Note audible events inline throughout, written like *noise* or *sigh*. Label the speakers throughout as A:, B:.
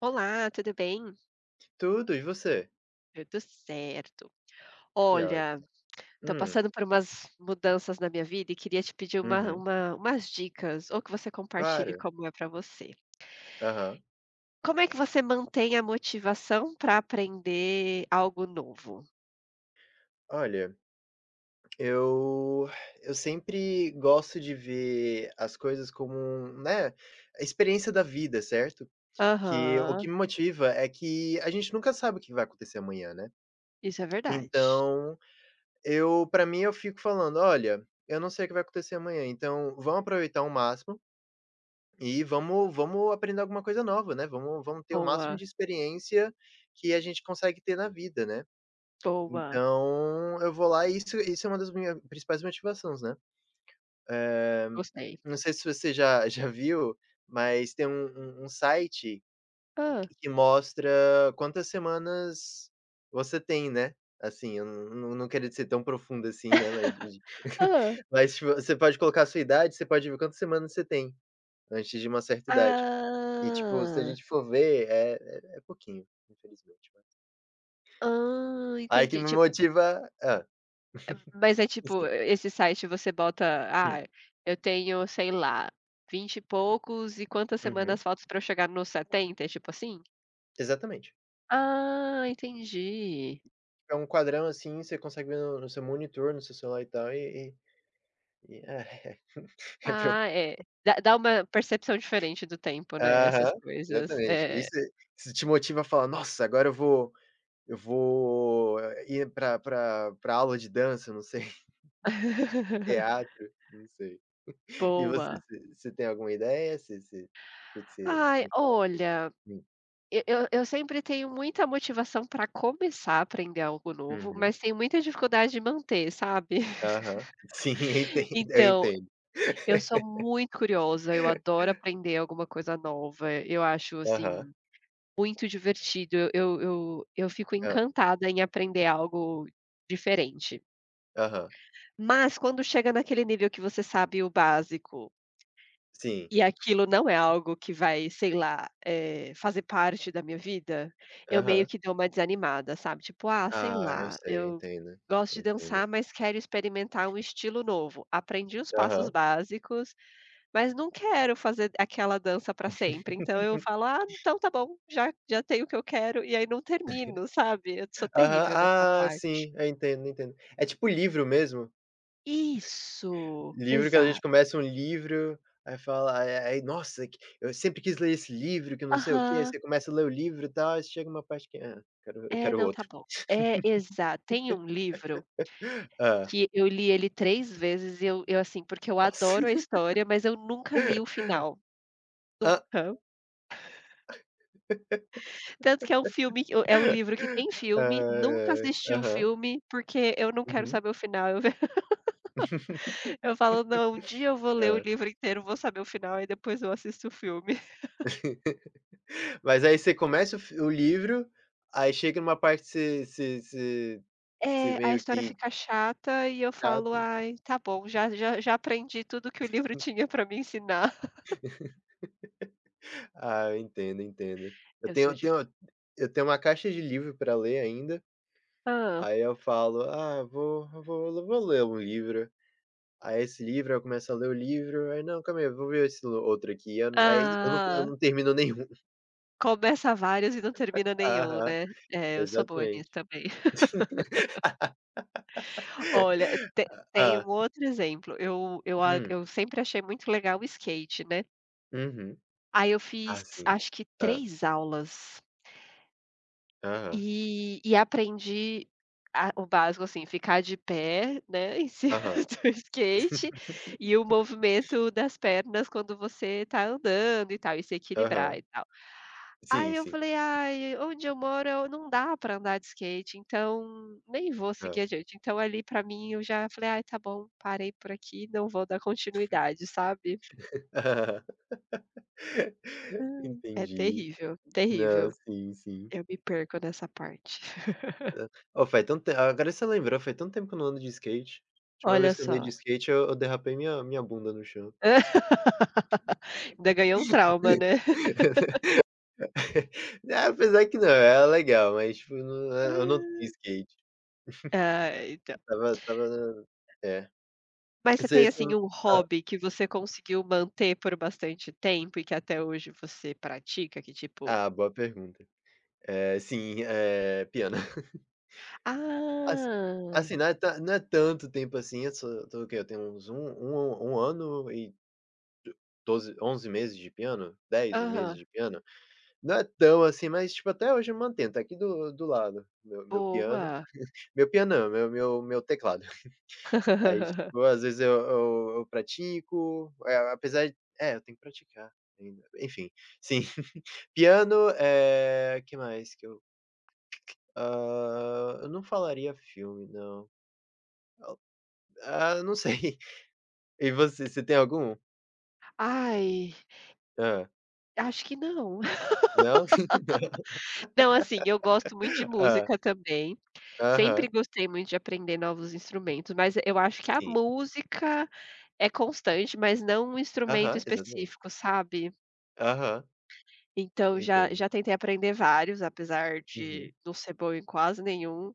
A: Olá, tudo bem?
B: Tudo, e você?
A: Tudo certo.
B: Que
A: Olha,
B: ótimo.
A: estou
B: Hum,
A: passando por umas mudanças na minha vida e queria te pedir
B: uhum,
A: umas dicas ou que você compartilhe
B: claro.
A: como é para você.
B: Aham.
A: Como é que você mantém a motivação para aprender algo novo?
B: Olha, eu eu sempre gosto de ver as coisas como um, né, a experiência da vida, certo? Que o que
A: Aham,
B: me motiva é que a gente nunca sabe o que vai acontecer amanhã, né.
A: isso é verdade.
B: Então, eu para mim, eu fico falando: "Olha, eu não sei o que vai acontecer amanhã, então vamos aproveitar ao máximo e vamos aprender alguma coisa nova, né, vamos ter o máximo
A: Boa,
B: de experiência que a gente consegue ter na vida, né".
A: boa,
B: Então, eu vou lá e isso é uma das minhas principais motivações, né.
A: gostei.
B: Não sei se você já *laughs* já viu, mas tem um site
A: Ah,
B: que mostra quantas semanas você tem, né. Assim, eu não queria ser tão profundo assim, né, mas de
A: *laughs*
B: *laughs*
A: Hã.
B: mas tipo, você pode colocar a sua idade, você pode ver quantas semanas você tem antes de uma certa idade. E tipo, se a
A: Ah.
B: gente for ver, é pouquinho, infelizmente, né.
A: Ah,
B: Aí que
A: entendi.
B: me
A: Tipo...
B: motiva,
A: Mas é
B: sim,
A: tipo,
B: sim.
A: esse site você bota:
B: Hum,
A: "Ah, eu tenho, sei lá, 20 e poucos e quantas
B: uhum,
A: semanas faltam pra eu chegar nos 70? É tipo assim?"
B: exatamente.
A: Ah, entendi.
B: É um quadrão, assim, você consegue ver no seu monitor, no seu celular e tal, e e *laughs* é é preo.
A: Ah, é. Dá uma percepção diferente do tempo, né,
B: Aham,
A: essas coisas.
B: exatamente.
A: É.
B: Isso isso te motiva a falar: "Nossa, agora eu vou ir pra aula de dança", não sei, *laughs*
A: *laughs*
B: teatro, não sei. E você,
A: Boa.
B: você tem alguma ideia? Você que você
A: Ai,
B: me fala?
A: olha,
B: Hum.
A: eu sempre tenho muita motivação para começar a aprender algo novo,
B: Uhum.
A: mas tenho muita dificuldade de manter, sabe.
B: Aham. *laughs* Sim, eu
A: *laughs*
B: entendo, eu
A: Então...
B: entendo.
A: Eu sou muito curiosa, eu adoro aprender alguma coisa nova, eu acho, assim,
B: Aham.
A: muito divertido, eu fico
B: Hã.
A: encantada em aprender algo diferente.
B: Aham.
A: Mas quando chega naquele nível que você sabe o básico,
B: Sim.
A: e aquilo não é algo que vai, sei lá, fazer parte da minha vida, eu meio
B: Aham.
A: que dou uma desanimada, sabe, tipo: "Ah, sei
B: Ah, eu
A: lá,
B: sei, eu
A: eu
B: entendo,
A: gosto
B: eu
A: de
B: entendo.
A: dançar, mas quero experimentar um estilo novo". Aprendi os passos
B: Aham.
A: básicos, mas não quero fazer aquela dança pra sempre, então eu falo: "Ah, então tá bom, já já tenho o que eu quero", e aí não termino, sabe. Eu sou
B: Aham.
A: terrível nessa
B: Ah,
A: parte.
B: sim, eu entendo, entendo. É tipo livro mesmo?
A: Isso,
B: Livro que a gente
A: exato.
B: começa um livro, aí fala, aí: "Nossa, que eu sempre quis ler esse livro que não sei o quê", aí
A: Aham.
B: você começa a ler o livro e tal, aí chega uma parte que: "Ah, quero eu
A: "É,
B: quero
A: não, tá
B: outro".
A: bom". É, exato. Tem um livro
B: Ah.
A: que eu li ele 3 vezes e eu, assim, porque eu
B: Nossa.
A: adoro a
B: *laughs*
A: história, mas eu nunca li o final,
B: Hã.
A: nunca. Tanto que é um filme que é um
B: Ai.
A: livro que tem filme, nunca assisti o
B: Aham.
A: filme, porque eu não quero
B: Uhum.
A: saber o final. Eu... Eu falo: "Não, um dia eu vou ler o
B: Hã.
A: livro inteiro, vou saber o final e depois eu assisto o filme".
B: *laughs* Mas aí você começa o livro, aí chega numa parte que você
A: É, a
B: meio
A: história
B: que...
A: fica chata e eu falo: "Ai, tá bom, já aprendi tudo que o livro tinha pra me ensinar". *laughs*
B: Ah, eu entendo, entendo. Eu
A: Eu sou
B: tenho tenho
A: difícil.
B: eu tenho uma caixa de livro para ler ainda,
A: Hã.
B: aí eu falo: "Ah, vou eu vou eu vou ler um livro". Aí esse livro, eu começo a ler o livro, aí: "Não, calma aí, eu vou ver outro aqui". Eu aí eu
A: Ah,
B: não termino nenhum. *laughs*
A: começa vários e não termina nenhum,
B: Aham,
A: né. É, eu sou boa
B: exatamente.
A: nisso também.
B: *laughs*
A: *laughs* Olha, te... tem
B: Ah.
A: um outro exemplo, eu a
B: Hum.
A: eu sempre achei muito legal o skate, né.
B: Uhum.
A: Aí eu
B: Ah,
A: fiz
B: sim.
A: acho que
B: Ah.
A: três aulas.
B: Aham.
A: E aprendi a o básico, assim, ficar de pé, né, em cima
B: Aham.
A: *laughs* do skate, e o movimento das pernas quando você tá andando e tal, e se
B: Aham.
A: equilibrar e tal.
B: Sim,
A: Aí eu
B: sim.
A: falei: "Ai, onde eu moro eu não dá pra andar de skate, então nem vou
B: Ah.
A: seguir adiante". Então ali pra mim eu já falei: "Ai, tá bom, parei por aqui, não vou dar continuidade", sabe.
B: *laughs*
A: Ai, é
B: Entendi.
A: terrível,
B: Não,
A: terrível.
B: sim, sim.
A: Eu me perco nessa parte.
B: Ó, faz tanto te agora você lembrou, faz tanto tempo que eu não ando de skate. A
A: *laughs*
B: última
A: Olha
B: vez que eu andei de
A: só.
B: skate eu derrapei minha bunda no chão.
A: *laughs* Ainda ganhou um trauma, né.
B: *laughs* Ah, apesar que não, é legal, mas tipo, não, eu não tenho
A: *laughs*
B: skate,
A: Ah, então.
B: eu tava estava na é.
A: Mas você
B: Você
A: tem,
B: você hã.
A: assim, um hobby que você conseguiu manter por bastante tempo e que até hoje você pratica, que tipo...
B: Ah, ah, boa pergunta. É, sim, é piano. *laughs* Assi
A: ah,
B: assim, não é tanto tempo assim, eu só tô o quê? Eu tenho uns um um um ano e 12 11 meses de piano? 10 meses
A: aham,
B: de piano? Não é tão assim, mas, tipo, até hoje eu mantenho, tá aqui do lado, meu piano.
A: boa.
B: Meu piano não, meu teclado. *laughs* Aí,
A: *laughs*
B: tipo, às vezes eu pratico, apesar de. É, eu tenho que praticar ainda. Enfim, sim. *laughs* Piano, é, que mais que eu não falaria filme, não. Ah, não sei. *laughs* E você, você tem algum?
A: Ai,
B: Ah.
A: acho que não. *laughs*
B: Não? *laughs*
A: Não, assim, eu gosto muito de
B: Ah,
A: música também, sempre
B: aham.
A: gostei muito de aprender novos instrumentos, mas eu acho que a
B: Sim.
A: música é constante, mas não um instrumento
B: Aham, exatamente.
A: específico, sabe.
B: Aham,
A: Então já
B: entendo.
A: já tentei aprender vários, apesar
B: Uhum.
A: de não ser boa em quase nenhum,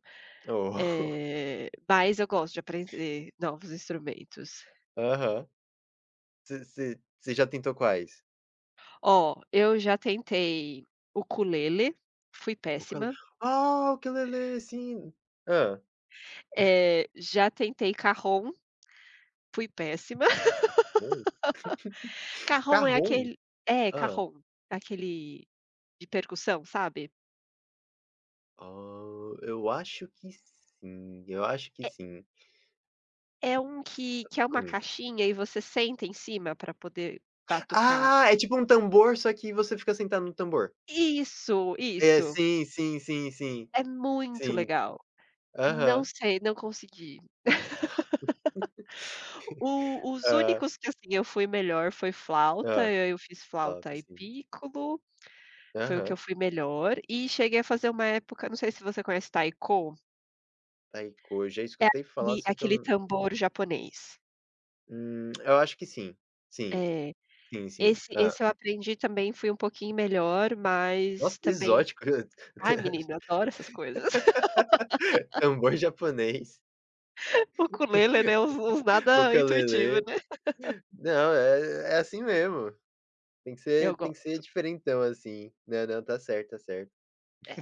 B: Oh. *laughs*
A: mas eu gosto de aprender novos instrumentos.
B: Aham. Você já tentou quais?
A: Ó, eu já tentei ukulele, fui
B: O Ucele
A: péssima,
B: o ukulele, sim. Hã.
A: já tentei cajón, fui péssima. *laughs*
B: Bom.
A: Cajón é
B: Cajon?
A: aquele... é,
B: Hã.
A: cajón, aquele de percussão, sabe?
B: Ah, eu acho que sim, eu acho que sim.
A: É um que é uma
B: Hum.
A: caixinha e você senta em cima para poder batucar.
B: Ah, é tipo um tambor, só que você fica sentado no tambor.
A: Isso,
B: É,
A: isso.
B: sim, sim, sim, sim,
A: É muito
B: sim.
A: legal. Não
B: Aham.
A: sei, não consegui. O os
B: Hã.
A: únicos que, assim, eu fui melhor foi flauta,
B: Hã.
A: eu fiz
B: Top,
A: flauta e
B: sim.
A: pícolo, foi o que
B: Aham.
A: eu fui melhor, e cheguei a fazer uma época... não sei se você conhece taiko,
B: Taiko, já
A: é
B: escutei falar,
A: aquele
B: só que eu
A: aquele
B: n.
A: tambor japonês.
B: Eu acho que sim. Sim,
A: É,
B: sim, sim.
A: esse
B: Hã.
A: esse eu aprendi também, fui um pouquinho melhor,
B: Nossa,
A: mas
B: que
A: também...
B: exótico.
A: ai menino, eu
B: *laughs*
A: adoro essas coisas. *laughs*
B: Tambor japonês,
A: O Ukulele, né, uns nada intuitivo,
B: ukulele.
A: né.
B: Não, é assim mesmo. Tem que
A: Eu
B: ser tem que ser
A: gosto,
B: diferentão, assim. Não, não, tá certo, tá certo.
A: é.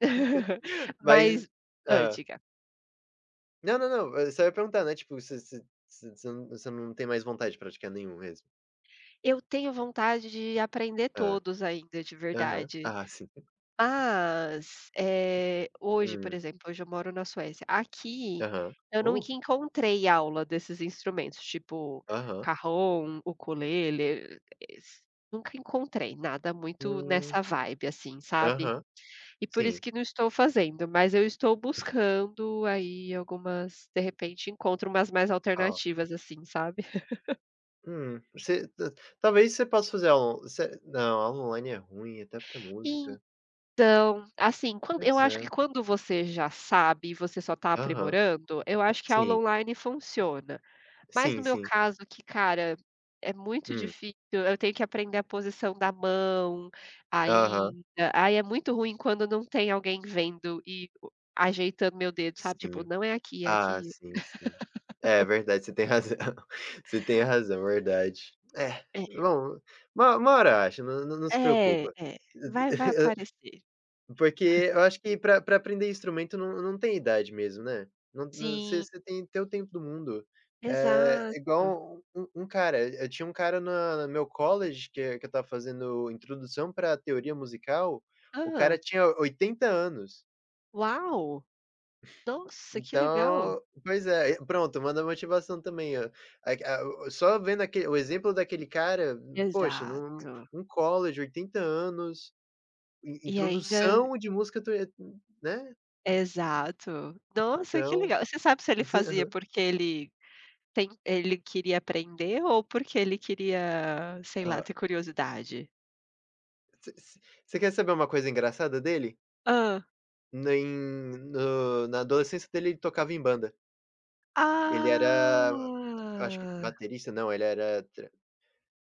A: *laughs*
B: Mas,
A: Mas... hã,
B: ah,
A: diga.
B: não, não, não, eu só ia perguntar, né, tipo, você não tem mais vontade de praticar nenhum mesmo?
A: Eu tenho vontade de aprender
B: Ah.
A: todos ainda, de
B: Aham.
A: verdade.
B: Ah, sim.
A: Mas, hoje, por
B: Hum.
A: exemplo, hoje eu moro na Suécia. Aqui,
B: Aham.
A: eu não
B: Oh.
A: que encontrei aula desses instrumentos, tipo
B: Aham.
A: cajón, ukulele, es... nunca encontrei nada muito
B: Hum.
A: nessa vibe, assim, sabe.
B: Aham.
A: E por isso
B: Sim.
A: que não estou fazendo, mas eu estou buscando aí algumas de repente encontro umas mais
B: Ah.
A: alternativas, assim, sabe.
B: Hum. Você ta talvez você possa fazer aula você não, aula online é ruim, até pra música.
A: Então, assim, quando eu
B: Pois
A: acho
B: é.
A: que quando você já sabe e você só está
B: Aham.
A: aprimorando, eu acho que a aula
B: Sim.
A: online funciona. Mas no
B: Sim,
A: meu
B: sim.
A: caso que, cara, é muito
B: Hum.
A: difícil, eu tenho que aprender a posição da mão
B: Aham.
A: ainda, aí é muito ruim quando não tem alguém vendo e o... ajeitando meu dedo, sabe, tipo:
B: Sim.
A: "Não é aqui, é
B: Ah,
A: aqui".
B: sim, sim. É verdade, você tem razão. *laughs* Você tem razão, verdade. É,
A: É,
B: bom, uma hora acha, não se
A: é,
B: preocupa.
A: é, vai
B: *laughs*
A: aparecer.
B: Porque eu acho que pra aprender instrumento não tem idade mesmo, né. Não, você
A: Sim,
B: você tem o tempo do mundo. É
A: exato.
B: igual um um cara eu tinha um cara na no meu college que eu estava fazendo introdução pra teoria musical, o cara
A: Ah,
B: tinha 80 anos.
A: uau! Nossa, que legal.
B: Então, pois é, pronto, manda motivação também, ó. A, só vendo aque o exemplo daquele cara, poxa, num
A: Exato.
B: um college, 80 anos, in
A: E ainda...
B: introdução de música, tu né,
A: exato. Nossa, que
B: então
A: legal. Você sabe se ele fazia porque ele tem... ele queria aprender ou porque ele queria, sei lá, ter curiosidade?
B: *laughs* você quer saber uma coisa engraçada dele?
A: Hã.
B: Na em no na adolescência dele, ele tocava em banda. Ele era acho que
A: Ah!
B: baterista não, ele era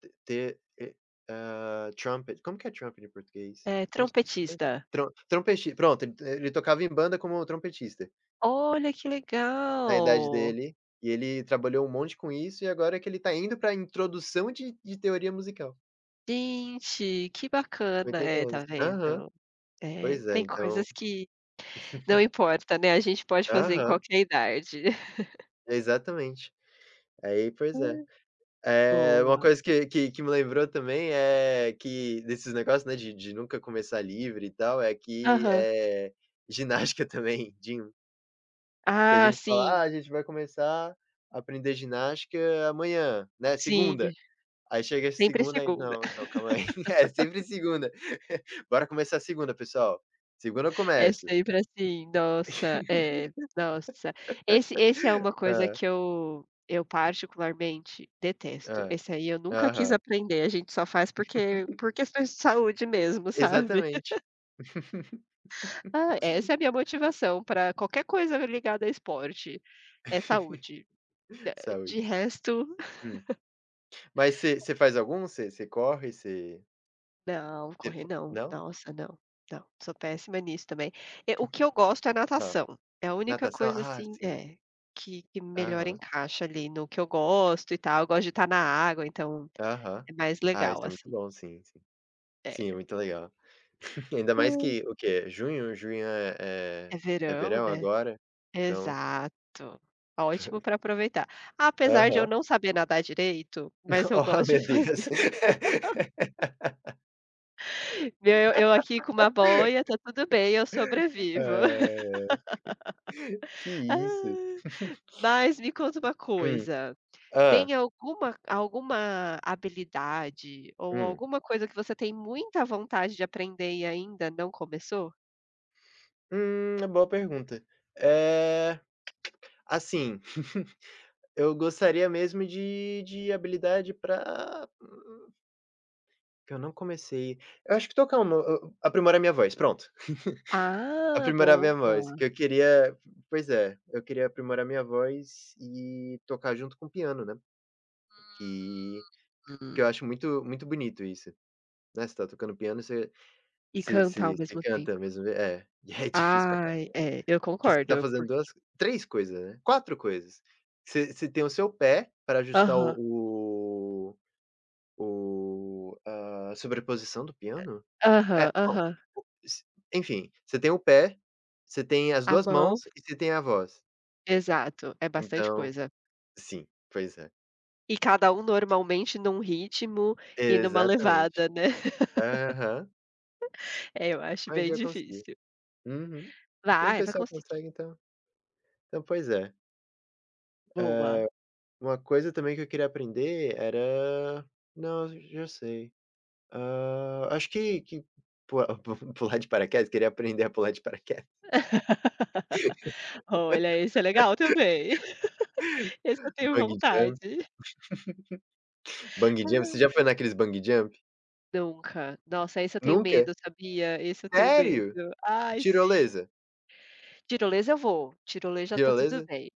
B: T ter e hã, trumpet, como que é trumpet em português?
A: É
B: Nossa, estou
A: trompetista.
B: trom trompeti pronto, ele tocava em banda como trompetista,
A: Olha, que
B: na idade
A: legal.
B: dele, e ele trabalhou um monte com isso, e agora é que ele tá indo pra introdução de teoria musical,
A: Gente, que
B: com
A: bacana.
B: 80
A: É,
B: anos.
A: tá
B: Aham,
A: vendo? É,
B: pois é,
A: tem
B: então,
A: coisas que não importa, né, a gente pode fazer em
B: aham,
A: qualquer idade.
B: exatamente. Aí, pois é.
A: *laughs*
B: Uma
A: Boa.
B: coisa que me lembrou também é que desses negócios, né, de nunca começar livre e tal, é que,
A: Aham.
B: ginástica *laughs* também, gym. Que a
A: Ah,
B: gente fala: "Ah,
A: sim,
B: a gente vai começar a aprender ginástica amanhã, né, segunda".
A: sim.
B: Aí chega
A: Sempre
B: segunda, aí:
A: segunda.
B: "Não, não, calma aí". *laughs* É sempre segunda. "Bora começar segunda, pessoal. Segunda eu
A: É
B: começo".
A: sempre assim, nossa, é, nossa. Esse é uma coisa
B: Hã,
A: que eu particularmente detesto. Esse aí eu nunca quis
B: aham.
A: aprender, a gente só faz porque por questões de saúde mesmo, sabe.
B: Exatamente.
A: *laughs* Ah, essa é a minha motivação para qualquer coisa ligada a esporte, é saúde. De
B: Saúde.
A: resto...
B: Hum. Mas você faz algum? Você corre, você
A: Não, correr não.
B: não?
A: Nossa, não, não, sou péssima nisso também. O que eu gosto é
B: Hã.
A: natação, é a única
B: Natação?
A: coisa
B: Ah,
A: assim
B: sim.
A: é, que melhor
B: Aham.
A: encaixa ali no que eu gosto e tal, eu gosto de estar na água, então
B: Aham.
A: é mais
B: Ah, isso
A: legal
B: é muito
A: assim.
B: bom. Sim, sim.
A: É.
B: Sim, é muito legal. Ainda mais
A: Hum.
B: que o quê? Junho? Junho é
A: É
B: é é
A: verão,
B: verão
A: né.
B: agora? Então,
A: Exato. Ótimo para aproveitar. Apesar de eu
B: aham.
A: não saber nadar direito, mas
B: *laughs*
A: eu
B: Oh,
A: gosto
B: meu
A: de
B: Deus.
A: fazer.
B: *laughs*
A: *laughs* Meu, eu aqui com uma boia, tá tudo bem, eu sobrevivo. *laughs*
B: Ai. Que
A: Ah,
B: isso.
A: mas me conta uma
B: Hum.
A: coisa.
B: Hã.
A: Tem alguma habilidade ou
B: Hum.
A: alguma coisa que você tem muita vontade de aprender e ainda não começou?
B: É boa pergunta. É assim, *laughs* eu gostaria mesmo de habilidade pra que eu não comecei. Eu acho que tocar um no aprimorar minha voz, pronto.
A: Ah,
B: Aprimorar minha voz,
A: boa.
B: que eu queria, pois é, eu queria aprimorar minha voz e tocar junto com o piano, né, que que
A: Hum.
B: eu acho muito muito bonito isso, né, você tá tocando piano, você
A: E
B: você
A: cantar
B: você
A: ao
B: você
A: mesmo tempo.
B: canta mesmo é, *laughs* e é difícil pra
A: Ai,
B: caramba,
A: é, eu
B: porque você tá
A: concordo,
B: fazendo
A: por...
B: 2 3 coisas, né, 4 coisas. Você tem o seu pé para ajustar
A: aham,
B: a sobreposição do piano? É,
A: aham,
B: bom,
A: aham.
B: s- enfim, você tem o pé, você tem as
A: A
B: 2 mãos
A: mão...
B: e você tem a voz,
A: exato, é bastante
B: então...
A: coisa.
B: Sim, pois é.
A: E cada um normalmente num ritmo e numa
B: Exatamente.
A: levada, né. *laughs*
B: Aham.
A: É, eu acho
B: Mas um
A: bem
B: dia eu consigo.
A: difícil.
B: Uhum. Tem
A: Vai, vai
B: pessoa que
A: conseguir.
B: consegue, então, pois é.
A: Boa.
B: Uma coisa também que eu queria aprender era não, já sei. Hã, acho que pu *laughs* pular de paraquedas, queria aprender a pular de paraquedas.
A: *laughs* Olha, esse é legal também. Esse eu tenho
B: Bungee jump
A: vontade.
B: bungee jump. Você
A: Ah,
B: já foi naqueles bungee jump?
A: nunca. Nossa, esse eu tenho
B: Nunca?
A: medo, sabia? Esse eu tenho medo.
B: Sério?
A: Ai, sim.
B: Tirolesa?
A: Tirolesa eu vou, tirolesa tá tudo
B: Tirolesa?
A: bem.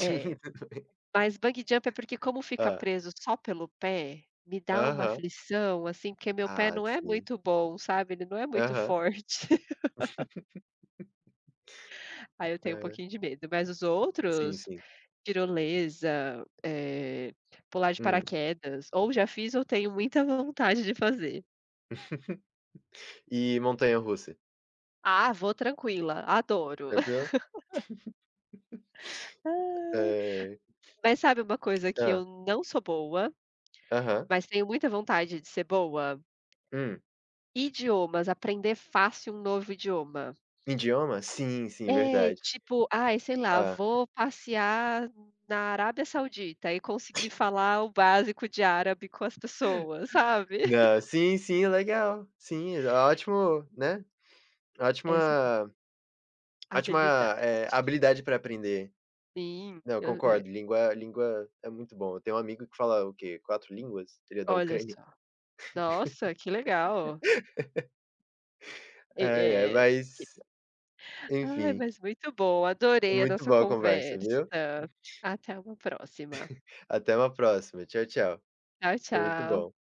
A: É, mas bungee jump é porque como fica
B: Ah,
A: preso só pelo pé, me dá uma
B: aham.
A: aflição, assim, porque meu pé
B: Ah,
A: não é
B: sim.
A: muito bom, sabe, ele não é muito
B: Aham.
A: forte. *laughs* Aí eu tenho um
B: Aham.
A: pouquinho de medo, mas os
B: Sim,
A: outros,
B: sim.
A: tirolesa, pular de
B: Hum.
A: paraquedas, ou já fiz ou tenho muita *laughs* vontade de fazer.
B: *laughs* E montanha-russa?
A: Ah, vou tranquila, adoro.
B: Tranquilo?
A: Ai.
B: Eh
A: Mas sabe uma coisa que
B: Ah,
A: eu não sou boa,
B: aham.
A: mas tenho muita vontade de ser boa?
B: Hum.
A: Idiomas, aprender fácil um novo idioma.
B: Idioma? Sim, sim,
A: É,
B: verdade.
A: tipo, ai, sei lá,
B: Ah,
A: vou passear na Arábia Saudita e conseguir falar o básico de árabe com as pessoas, sabe? *laughs*
B: não, sim, sim, legal. Sim, ótimo, né,
A: Essa é uma
B: ótima ótima,
A: habilidade.
B: habilidade para aprender.
A: Sim,
B: Não,
A: eu é,
B: concordo, língua é muito bom. Eu tenho um amigo que fala o quê? 4 línguas? Ele é da
A: olha
B: Ucrânia.
A: só. Nossa, que legal. É
B: É, é.
A: é que-...
B: Mas,
A: Ai,
B: enfim,
A: mas muito bom, adorei a
B: muito
A: nossa
B: boa a conversa,
A: conversa.
B: viu.
A: Até uma próxima.
B: Até uma próxima. Tchau, tchau.
A: Tchau,
B: Foi muito
A: tchau.
B: bom.